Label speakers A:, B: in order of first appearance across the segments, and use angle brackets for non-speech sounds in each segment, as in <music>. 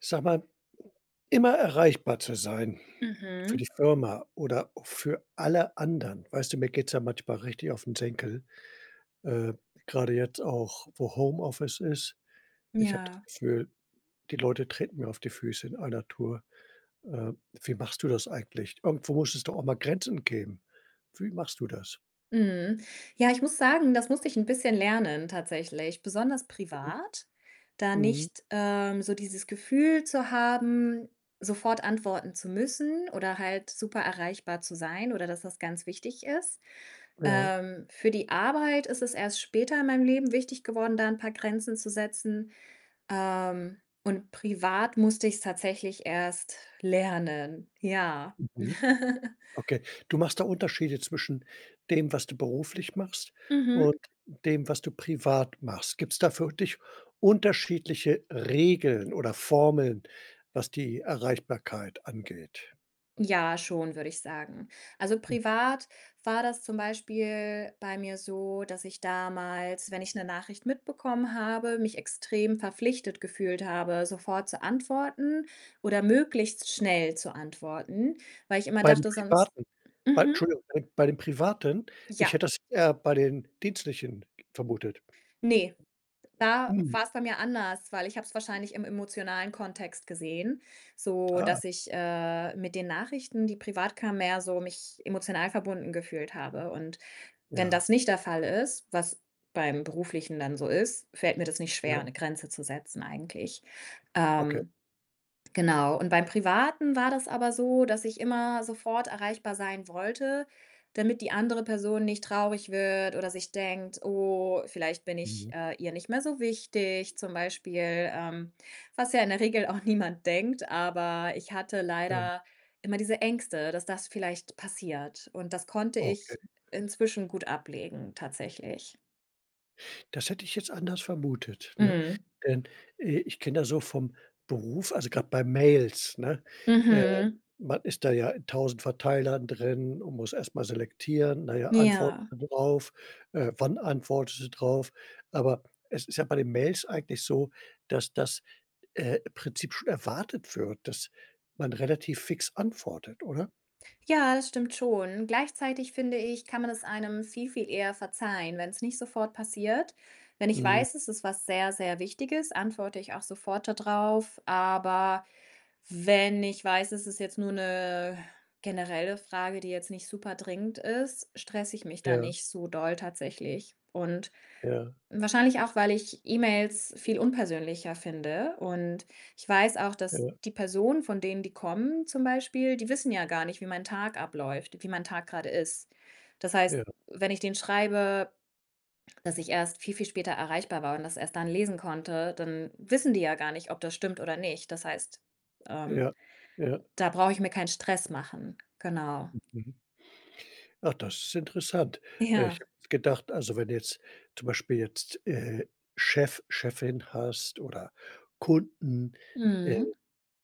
A: Sag mal, immer erreichbar zu sein für
B: Mhm.
A: die Firma oder für alle anderen. Weißt du, mir geht's ja manchmal richtig auf den Senkel, äh, grade jetzt auch, wo Homeoffice ist. Ich habe das
B: Ja.
A: Gefühl, die Leute treten mir auf die Füße in einer Tour. Äh, Wie machst du das eigentlich? Irgendwo muss es doch auch mal Grenzen geben. Wie machst du das?
B: Mhm. Ja, ich muss sagen, das musste ich ein bisschen lernen tatsächlich, besonders
A: Mhm.
B: privat, da
A: Mhm.
B: nicht, so dieses Gefühl zu haben, sofort antworten zu müssen oder halt super erreichbar zu sein oder dass das ganz wichtig ist.
A: Ja.
B: Für die Arbeit ist es erst später in meinem Leben wichtig geworden, da ein paar Grenzen zu setzen. Und privat musste ich's tatsächlich erst lernen. Ja.
A: Mhm.
B: <laughs>
A: Okay. Du machst da Unterschiede zwischen dem, was du beruflich machst,
B: Mhm.
A: und dem, was du privat machst. Gibt's da für dich unterschiedliche Regeln oder Formeln, was die Erreichbarkeit angeht?
B: Ja, schon, würde ich sagen. Also
A: Mhm.
B: privat war das zum Beispiel bei mir so, dass ich damals, wenn ich eine Nachricht mitbekommen habe, mich extrem verpflichtet gefühlt habe, sofort zu antworten oder möglichst schnell zu antworten, weil ich immer
A: Bei den
B: dachte sonst:
A: privaten bei
B: „Mhm,
A: Entschuldigung, bei den privaten? Ich
B: ja,
A: hätte das eher bei den dienstlichen vermutet.
B: ne." Da
A: Mhm.
B: war es bei mir anders, weil ich habe es wahrscheinlich im emotionalen Kontext gesehen, so
A: Ah,
B: dass ich, mit den Nachrichten, die privat kamen, mehr so mich emotional verbunden gefühlt habe. Und wenn
A: ja,
B: das nicht der Fall ist, was beim Beruflichen dann so ist, fällt mir das nicht schwer,
A: ja,
B: eine Grenze zu setzen eigentlich.
A: okay.
B: Ähm, Genau, und beim Privaten war das aber so, dass ich immer sofort erreichbar sein wollte, damit die andere Person nicht traurig wird oder sich denkt: „Oh, vielleicht bin ich,
A: Mhm,
B: ihr nicht mehr so wichtig", zum Beispiel, ähm, was ja in der Regel auch <laughs> niemand denkt, aber ich hatte
A: ja,
B: leider immer diese Ängste, dass das vielleicht passiert und das konnte
A: okay.
B: ich inzwischen gut ablegen tatsächlich.
A: Das hätte ich jetzt anders vermutet, ne?
B: Mhm.
A: Denn, ich kenne das so vom Beruf, also grad bei Mails, ne? Äh,
B: Mhm.
A: man ist da ja in 1.000 Verteilern drin und muss erst mal selektieren. Na ja, antwortest
B: Ja.
A: du drauf? Wann antwortest du drauf? Aber es ist ja bei den Mails eigentlich so, dass das im Prinzip schon erwartet wird, dass man relativ fix antwortet, oder?
B: Ja, das stimmt schon. Gleichzeitig finde ich, kann man es einem viel, viel eher verzeihen, wenn es nicht sofort passiert. Wenn ich
A: Mhm.
B: weiß, es ist was sehr, sehr Wichtiges, antworte ich auch sofort darauf. Aber wenn ich weiß, es ist jetzt nur eine generelle Frage, die jetzt nicht super dringend ist, stresse ich mich da
A: Ja,
B: nicht so doll tatsächlich. Und
A: ja,
B: wahrscheinlich auch, weil ich E-Mails viel unpersönlicher finde und ich weiß auch, dass
A: ja,
B: die Personen, von denen die kommen zum Beispiel, die wissen ja gar nicht, wie mein Tag abläuft, wie mein Tag gerade ist. Das heißt,
A: ja,
B: wenn ich denen schreibe, dass ich erst viel, viel später erreichbar war und das erst dann lesen konnte, dann wissen die ja gar nicht, ob das stimmt oder nicht. Das heißt, ähm,
A: ja, ja.
B: da brauche ich mir keinen Stress machen. Genau.
A: Mhm. Ach, das ist interessant. Ich
B: Ja.
A: habe gedacht, also, wenn jetzt zum Beispiel jetzt, Chef, Chefin hast oder Kunden, äh,
B: Mhm.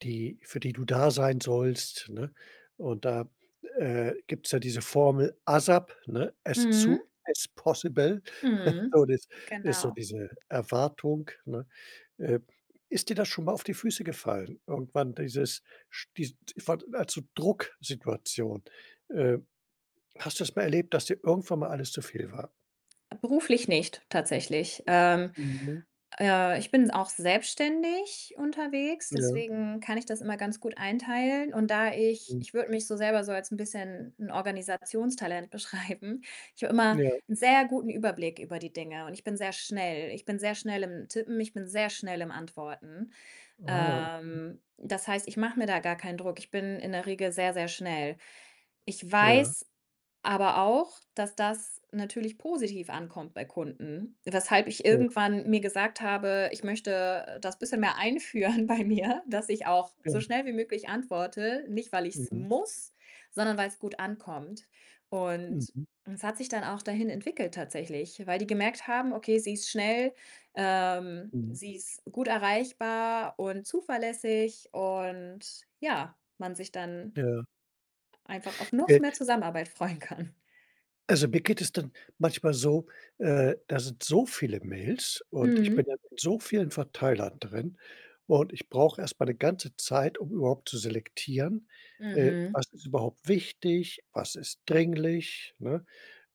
A: die, für die du da sein sollst, ne? Und da, gibt's ja diese Formel ASAP, ne? As soon
B: Mhm.
A: as possible. <laughs>
B: Mhm.
A: So, das ist so
B: Genau.
A: diese Erwartung, ne? Äh, ist dir das schon mal auf die Füße gefallen? Irgendwann dieses sch dies also Drucksituation. Äh, hast du das mal erlebt, dass dir irgendwann mal alles zu viel war?
B: Beruflich nicht, tatsächlich. Ähm,
A: Mhm.
B: äh, ich bin auch selbstständig unterwegs,
A: Ja.
B: deswegen kann ich das immer ganz gut einteilen. Und da ich
A: Mhm.
B: ich würde mich so selber so als ein bisschen ein Organisationstalent <laughs> beschreiben. Ich habe immer
A: Ja.
B: einen sehr guten Überblick über die Dinge und ich bin sehr schnell. Ich bin sehr schnell im Tippen, ich bin sehr schnell im Antworten.
A: Ah,
B: Das heißt, ich mache mir da gar keinen Druck. Ich bin in der Regel sehr, sehr schnell. Ich
A: ja,
B: weiß aber auch, dass das natürlich positiv ankommt bei Kunden, weshalb ich
A: ja,
B: irgendwann mir gesagt habe, ich möchte das bisschen mehr einführen <laughs> bei mir, dass ich auch so
A: ja.
B: schnell wie möglich antworte, nicht weil ich es
A: Mhm,
B: muss, sondern weil es gut ankommt. Und
A: mhm,
B: es hat sich dann auch dahin entwickelt tatsächlich, weil die gemerkt haben: Okay, sie ist schnell,
A: mhm.
B: sie ist gut erreichbar und zuverlässig und ja, man sich dann
A: Ja.
B: einfach auf noch mehr Zusammenarbeit <laughs> freuen kann.
A: Also, mir geht es dann manchmal so, da sind so viele Mails und ich bin
B: Mhm.
A: dann in so vielen Verteilern drin und ich brauche erstmal eine ganze Zeit, um überhaupt zu selektieren,
B: Mhm.
A: was ist überhaupt wichtig, was ist dringlich, ne?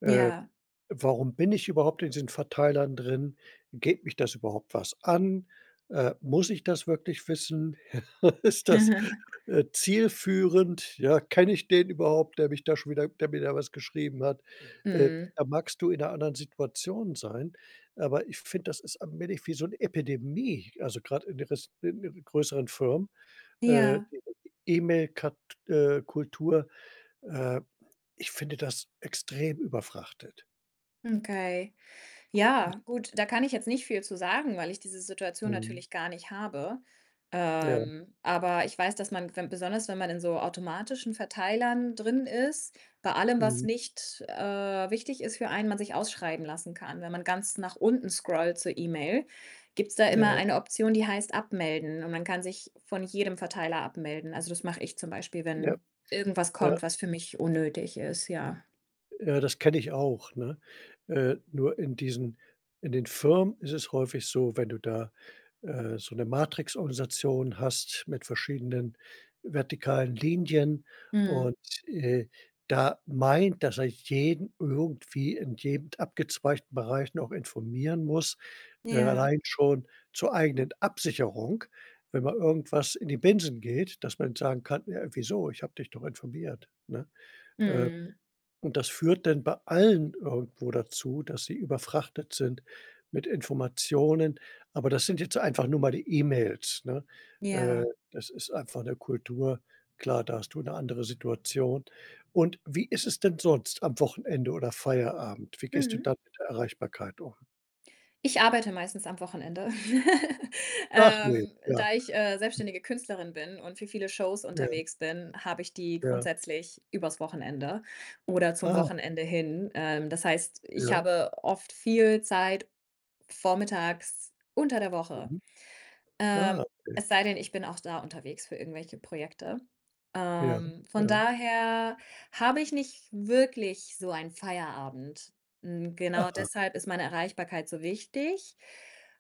A: Äh
B: Ja.
A: Warum bin ich überhaupt in diesen Verteilern drin? Geht mich das überhaupt was an? Muss ich das wirklich wissen? <laughs> Ist das,
B: <laughs>
A: zielführend? Ja, kenne ich den überhaupt, der mich da schon wieder der mir da was geschrieben hat?
B: Mhm.
A: Da magst du in einer anderen Situation sein, aber ich finde, das ist allmählich wie so eine Epidemie, also gerade in der res in größeren Firmen,
B: Ja.
A: die E-Mail Kultur, äh, ich finde das extrem überfrachtet.
B: Okay. Ja, gut, da kann ich jetzt nicht viel zu sagen, weil ich diese Situation
A: Mhm,
B: natürlich gar nicht habe.
A: ja.
B: Aber ich weiß, dass man, wenn, besonders wenn man in so automatischen Verteilern drin ist, bei allem, was
A: Mhm.
B: nicht wichtig ist für einen, man sich ausschreiben lassen kann. Wenn man ganz nach unten scrollt zur E-Mail, gibt es da immer
A: Ja,
B: eine Option, die heißt abmelden. Und man kann sich von jedem Verteiler abmelden. Also das mache ich zum Beispiel,
A: ja,
B: wenn irgendwas
A: ja,
B: kommt, was für mich unnötig ist, ja.
A: ja, das kenne ich auch, ne? Nur in den Firmen ist es häufig so, wenn du da, so 'ne Matrixorganisation hast mit verschiedenen vertikalen Linien
B: Hm.
A: und, äh, da meint, dass er jeden irgendwie in jedem abgezweigten Bereich noch informieren muss,
B: Ja.
A: allein schon zur eigenen Absicherung, wenn mal irgendwas in die Binsen geht, dass man sagen kann: „Ja, wieso? Ich habe dich doch informiert", ne? Äh,
B: Hm.
A: und das führt dann bei allen irgendwo dazu, dass sie überfrachtet sind mit Informationen. Aber das sind jetzt einfach nur mal die E-Mails, ne? Äh,
B: Ja.
A: das ist einfach eine Kultur. Klar, da hast du eine andere Situation. Und wie ist es denn sonst am Wochenende oder Feierabend? Wie gehst du
B: Mhm.
A: dann mit der Erreichbarkeit um?
B: Ich arbeite meistens am Wochenende, <laughs>
A: Ach ne, ja,
B: da ich, selbstständige Künstlerin bin und für viele Shows
A: ja,
B: unterwegs bin, habe ich die
A: ja.
B: grundsätzlich übers Wochenende oder zum
A: Ah,
B: Wochenende hin. Das heißt, ich
A: ja,
B: habe oft viel Zeit vormittags unter der Woche.
A: mhm. Ah,
B: Ähm,
A: okay.
B: Es sei denn, ich bin auch da unterwegs für irgendwelche Projekte.
A: Ja,
B: Von
A: ja.
B: daher habe ich nicht wirklich so einen Feierabend. Hm, genau
A: Aha,
B: deshalb ist meine Erreichbarkeit so wichtig.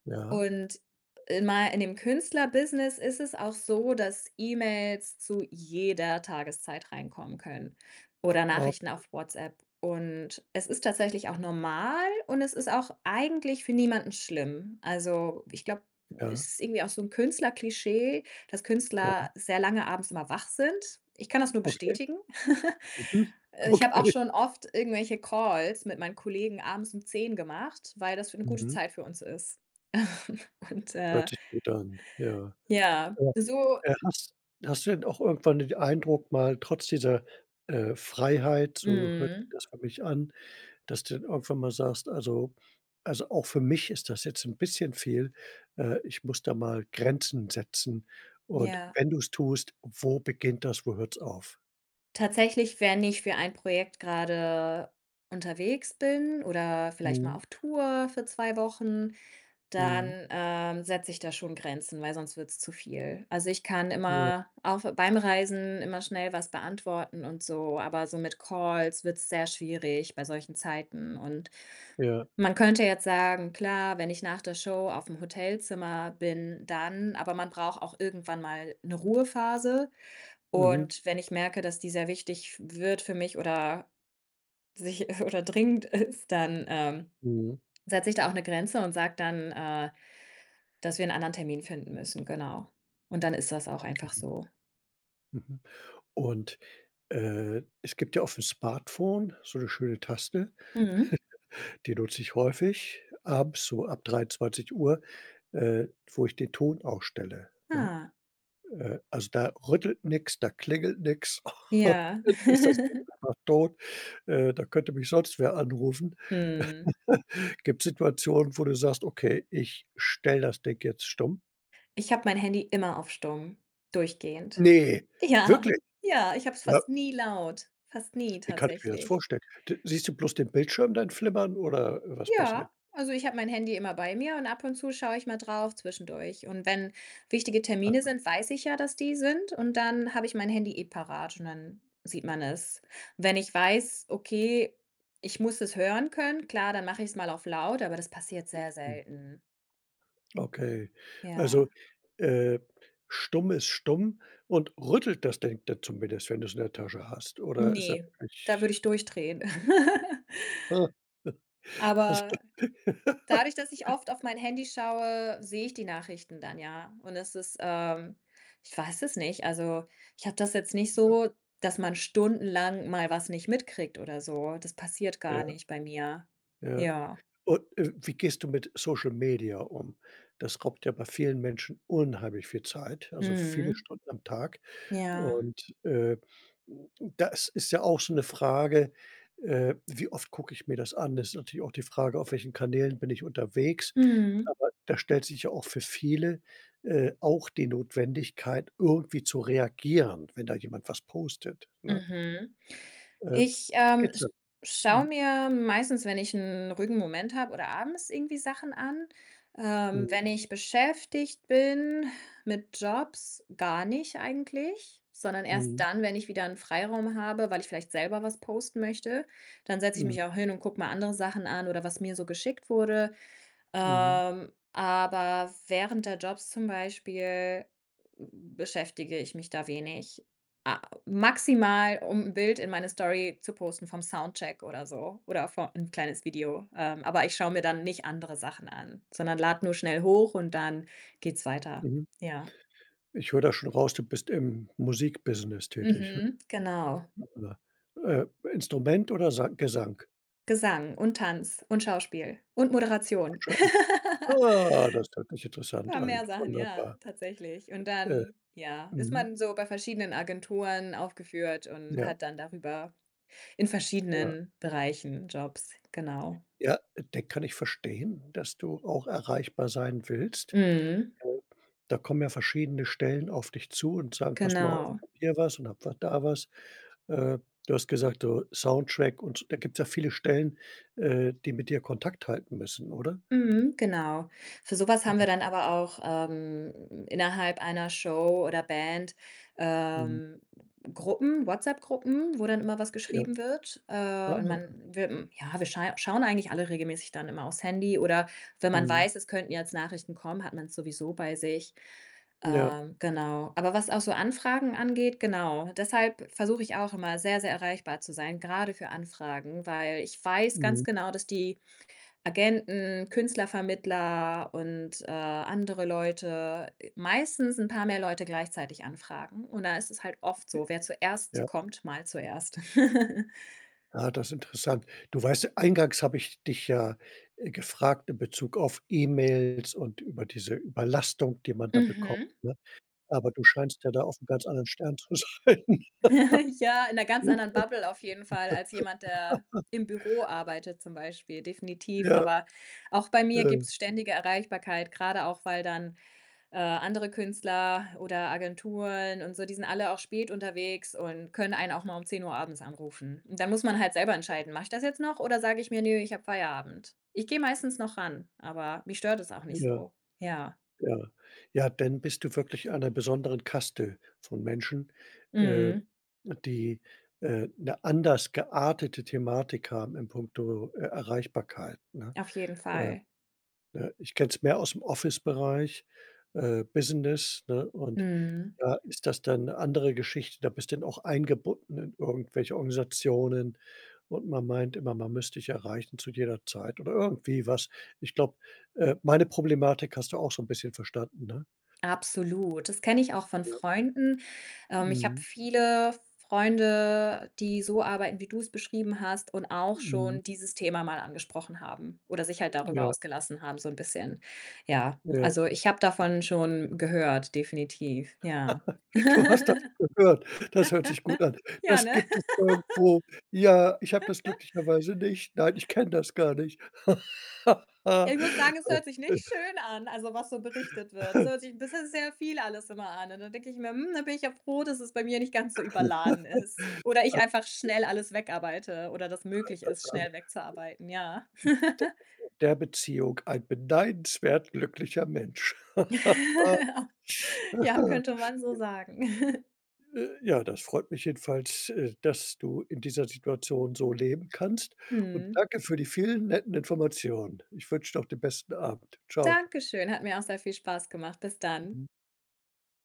A: ja.
B: Und in dem Künstlerbusiness ist es auch so, dass E-Mails zu jeder Tageszeit reinkommen können oder
A: Oh,
B: Nachrichten auf WhatsApp. Und es ist tatsächlich auch normal und es ist auch eigentlich für niemanden schlimm. Also, ich glaube
A: ja,
B: ist irgendwie auch so ein Künstlerklischee, dass
A: ja.
B: Künstler sehr lange abends immer wach sind. Ich kann das nur
A: Okay.
B: bestätigen. <laughs>
A: Mhm. <laughs>
B: Ich habe auch
A: Okay.
B: schon oft irgendwelche Calls mit meinen Kollegen abends um 10 gemacht, weil das für 'ne gute
A: Mhm.
B: Zeit für uns ist. <laughs> Und,
A: Hört sich gut an, ja.
B: ja,
A: Ja,
B: so
A: äh, hast hast du denn auch irgendwann den Eindruck mal trotz dieser, Freiheit, so hört sich
B: mhm,
A: das für mich an, dass du dann irgendwann mal sagst: „Also auch für mich ist das jetzt 'n bisschen viel. Ich muss da mal Grenzen setzen, und
B: ja.
A: wenn du's tust, wo beginnt das, wo hört's auf?"
B: Tatsächlich, wenn ich für ein Projekt gerade unterwegs bin oder vielleicht mal
A: Mhm,
B: auf Tour für 2 Wochen,
A: mhm,
B: dann, setze ich da schon Grenzen, weil sonst wird es zu viel. Also, ich kann
A: ja,
B: immer auch beim Reisen immer schnell was beantworten und so, aber so mit Calls wird es sehr schwierig bei solchen Zeiten. Und
A: ja,
B: man könnte jetzt sagen: „Klar, wenn ich nach der Show auf dem Hotelzimmer bin, dann", aber man braucht auch irgendwann mal eine Ruhephase.
A: mhm,
B: Und wenn ich merke, dass die sehr wichtig wird für mich oder sich <laughs> oder dringend ist, dann,
A: mhm,
B: setze ich da auch eine Grenze und sage dann, dass wir 'n anderen Termin finden müssen, genau. Und dann ist das auch einfach
A: okay,
B: so.
A: mhm. Und, es gibt ja aufm Smartphone so 'ne schöne Taste.
B: Mhm.
A: Die nutze ich häufig abends so ab 23:00, äh, wo ich den Ton ausstelle, ne?
B: Ah,
A: Also, da rüttelt nix, da klingelt nix. <laughs>
B: ja.
A: Dann ist das Ding
B: <laughs>
A: einfach tot, da könnte mich sonst wer anrufen.
B: Mhm.
A: <laughs> Gibt Situationen, wo du sagst: „Okay, ich stelle das Ding jetzt stumm?"
B: Ich habe mein Handy immer auf stumm, durchgehend.
A: Ne,
B: Ja,
A: wirklich?
B: ja, ich habe es
A: Ja,
B: fast nie laut, fast nie
A: wie kann ich mir das
B: tatsächlich.
A: vorstellen? D Siehst du bloß den Bildschirm dann flimmern oder was passiert?
B: Ja, also ich habe mein Handy immer bei mir und ab und zu schaue ich mal drauf zwischendurch. Und wenn wichtige Termine
A: Ah.
B: sind, weiß ich ja, dass die sind. Und dann habe ich mein Handy eh parat und dann sieht man es. Wenn ich weiß, okay, ich muss es hören können, klar, dann mache ich es mal auf laut, aber das passiert sehr selten.
A: Okay. Also,
B: Ja.
A: äh, stumm ist stumm, und rüttelt das Ding dann zumindest, wenn du es in der Tasche hast? Oder ist er
B: Nee, da
A: wirklich
B: würde ich durchdrehen. <laughs>
A: <laughs> also
B: Aber
A: <laughs>
B: dadurch, dass ich oft auf mein Handy schaue, sehe ich die Nachrichten dann, ja. Und es ist, ich weiß es nicht. Also, ich habe das jetzt nicht so, dass man stundenlang mal was nicht mitkriegt oder so. Das passiert gar
A: ja,
B: nicht bei mir.
A: ja.
B: Ja.
A: Und, wie gehst du mit Social Media um? Das raubt ja bei vielen Menschen unheimlich viel Zeit, also viele
B: Mhm.
A: Stunden am Tag.
B: Ja.
A: Und, das ist ja auch so eine Frage, wie oft gucke ich mir das an? Das ist natürlich auch die Frage, auf welchen Kanälen bin ich unterwegs.
B: Mhm.
A: Aber da stellt sich ja auch für viele, auch die Notwendigkeit, irgendwie zu reagieren, wenn da jemand was postet, ne?
B: Mhm.
A: Äh,
B: Ich,
A: wie
B: ähm,
A: geht's
B: sch
A: dir?
B: schaue
A: Mhm,
B: mir meistens, wenn ich einen ruhigen Moment habe oder abends irgendwie Sachen an.
A: mhm,
B: Wenn ich beschäftigt bin mit Jobs, gar nicht eigentlich, sondern erst
A: mhm,
B: dann, wenn ich wieder einen Freiraum habe, weil ich vielleicht selber was posten möchte. Dann setze ich
A: mhm,
B: mich auch hin und gucke mal andere Sachen an oder was mir so geschickt wurde.
A: mhm,
B: Aber während der Jobs zum Beispiel beschäftige ich mich da wenig. A Maximal, um ein Bild in meine Story zu posten vom Soundcheck oder so oder von 'n kleines Video. Aber ich schaue mir dann nicht andere Sachen an, sondern lade nur schnell hoch und dann geht's weiter.
A: mhm.
B: Ja.
A: Ich höre da schon raus, du bist im Musikbusiness tätig, ne?
B: Mhm, genau.
A: Oder, äh, Instrument oder Sa Gesang?
B: Gesang und Tanz und Schauspiel und Moderation. <laughs>
A: Ah, das hört sich interessant
B: Paar mehr
A: an.
B: Sachen, ja,
A: Wunderbar.
B: tatsächlich. Und
A: Äh,
B: dann, ja, ist
A: mhm.
B: man so bei verschiedenen Agenturen aufgeführt und
A: Ja,
B: hat dann darüber in
A: ja.
B: verschiedenen Bereichen Jobs, genau.
A: Ja, den kann ich verstehen, dass du auch erreichbar sein willst.
B: Mhm,
A: Äh, da kommen ja verschiedene Stellen auf dich zu und sagen: „Pass mal auf,
B: genau.
A: ich habe hier was und hab was da was." Äh, du hast gesagt, so Soundtrack und so, da gibt es ja viele Stellen, die mit dir Kontakt halten müssen, oder?
B: Mhm, genau. Für sowas haben wir dann aber auch, innerhalb einer Show oder Band,
A: Mhm.
B: ähm, Gruppen, WhatsApp-Gruppen, wo dann immer was
A: Ja.
B: geschrieben wird.
A: Ah,
B: Und man wir hm, ja, wir schei schauen eigentlich alle regelmäßig dann immer aufs Handy oder wenn man
A: mhm.
B: weiß, es könnten jetzt Nachrichten kommen, hat man es sowieso bei sich.
A: Ja,
B: Genau. Aber was auch so Anfragen angeht, genau. Deshalb versuche ich auch immer sehr, sehr erreichbar zu sein, gerade für Anfragen, weil ich weiß ganz
A: mhm.
B: genau, dass die Agenten, Künstlervermittler und, andere Leute meistens ein paar mehr Leute gleichzeitig anfragen und da ist es halt oft so, wer zuerst
A: Ja.
B: kommt, mal zuerst. <laughs>
A: Ja, das ist interessant. Du weißt, eingangs habe ich dich ja, gefragt in Bezug auf E-Mails und über diese Überlastung, die man da bekommt,
B: Mhm.
A: ne? Aber du scheinst ja da auf 'm ganz anderen Stern zu sein.
B: <laughs> Ja, in einer ganz anderen
A: <laughs>
B: Bubble auf jeden Fall als jemand, der im Büro arbeitet zum Beispiel, definitiv.
A: Ja,
B: Aber auch bei mir
A: äh,
B: gibt's ständige Erreichbarkeit, gerade auch, weil dann andere Künstler oder Agenturen und so, die sind alle auch spät unterwegs und können einen auch mal um 10 Uhr abends anrufen. Und dann muss man halt selber entscheiden: „Mache ich das jetzt noch oder sage ich mir: „Ne, ich habe Feierabend?" Ich gehe meistens noch ran, aber mich stört es auch nicht
A: ja,
B: so. Ja.
A: ja. Ja, denn bist du wirklich einer besonderen Kaste von Menschen, äh,
B: Mhm.
A: die, 'ne anders geartete Thematik haben in puncto, Erreichbarkeit, ne?
B: Auf jeden
A: Äh
B: Fall.
A: Ne, ich kenne es mehr aus dem Office-Bereich, Business, ne, und
B: Mhm.
A: da ist das dann 'ne andere Geschichte. Da bist du dann auch eingebunden in irgendwelche Organisationen, und man meint immer, man müsste dich erreichen zu jeder Zeit oder irgendwie was. Ich glaube, meine Problematik hast du auch so 'n bisschen verstanden, ne?
B: Absolut. Das kenne ich auch von
A: Ja.
B: Freunden. Ich habe
A: Mhm.
B: viele Freunde, die so arbeiten, wie du es beschrieben hast und auch
A: Mhm.
B: schon dieses Thema mal angesprochen haben oder sich halt darüber
A: Ja,
B: ausgelassen haben, so ein bisschen. Ja,
A: ja.
B: also, ich habe davon schon gehört, definitiv, ja.
A: <laughs> Du hast davon
B: <laughs>
A: gehört. Das hört sich gut an.
B: Ja,
A: Das
B: ne?
A: gibt es irgendwo. Ja, ich habe das glücklicherweise nicht. Nein, ich kenne das gar nicht. <laughs>
B: Ja, ich muss sagen, es hört sich nicht schön an, also, was so berichtet wird. Es hört sich 'n bisschen sehr viel alles immer an und dann denke ich mir: „Hm, da bin ich ja froh, dass es bei mir nicht ganz so überladen ist oder ich einfach schnell alles wegarbeite oder das möglich
A: Das
B: ist,
A: war mit
B: schnell wegzuarbeiten", ja. <laughs>
A: der Beziehung ein beneidenswert glücklicher Mensch. <laughs>
B: Ja, könnte man so sagen. <laughs>
A: Ja, das freut mich jedenfalls, dass du in dieser Situation so leben kannst und
B: Mhm.
A: danke für die vielen netten Informationen. Ich wünsche noch den besten Abend. Ciao.
B: Dankeschön, hat mir auch sehr viel Spaß gemacht. Bis dann.
A: Mhm.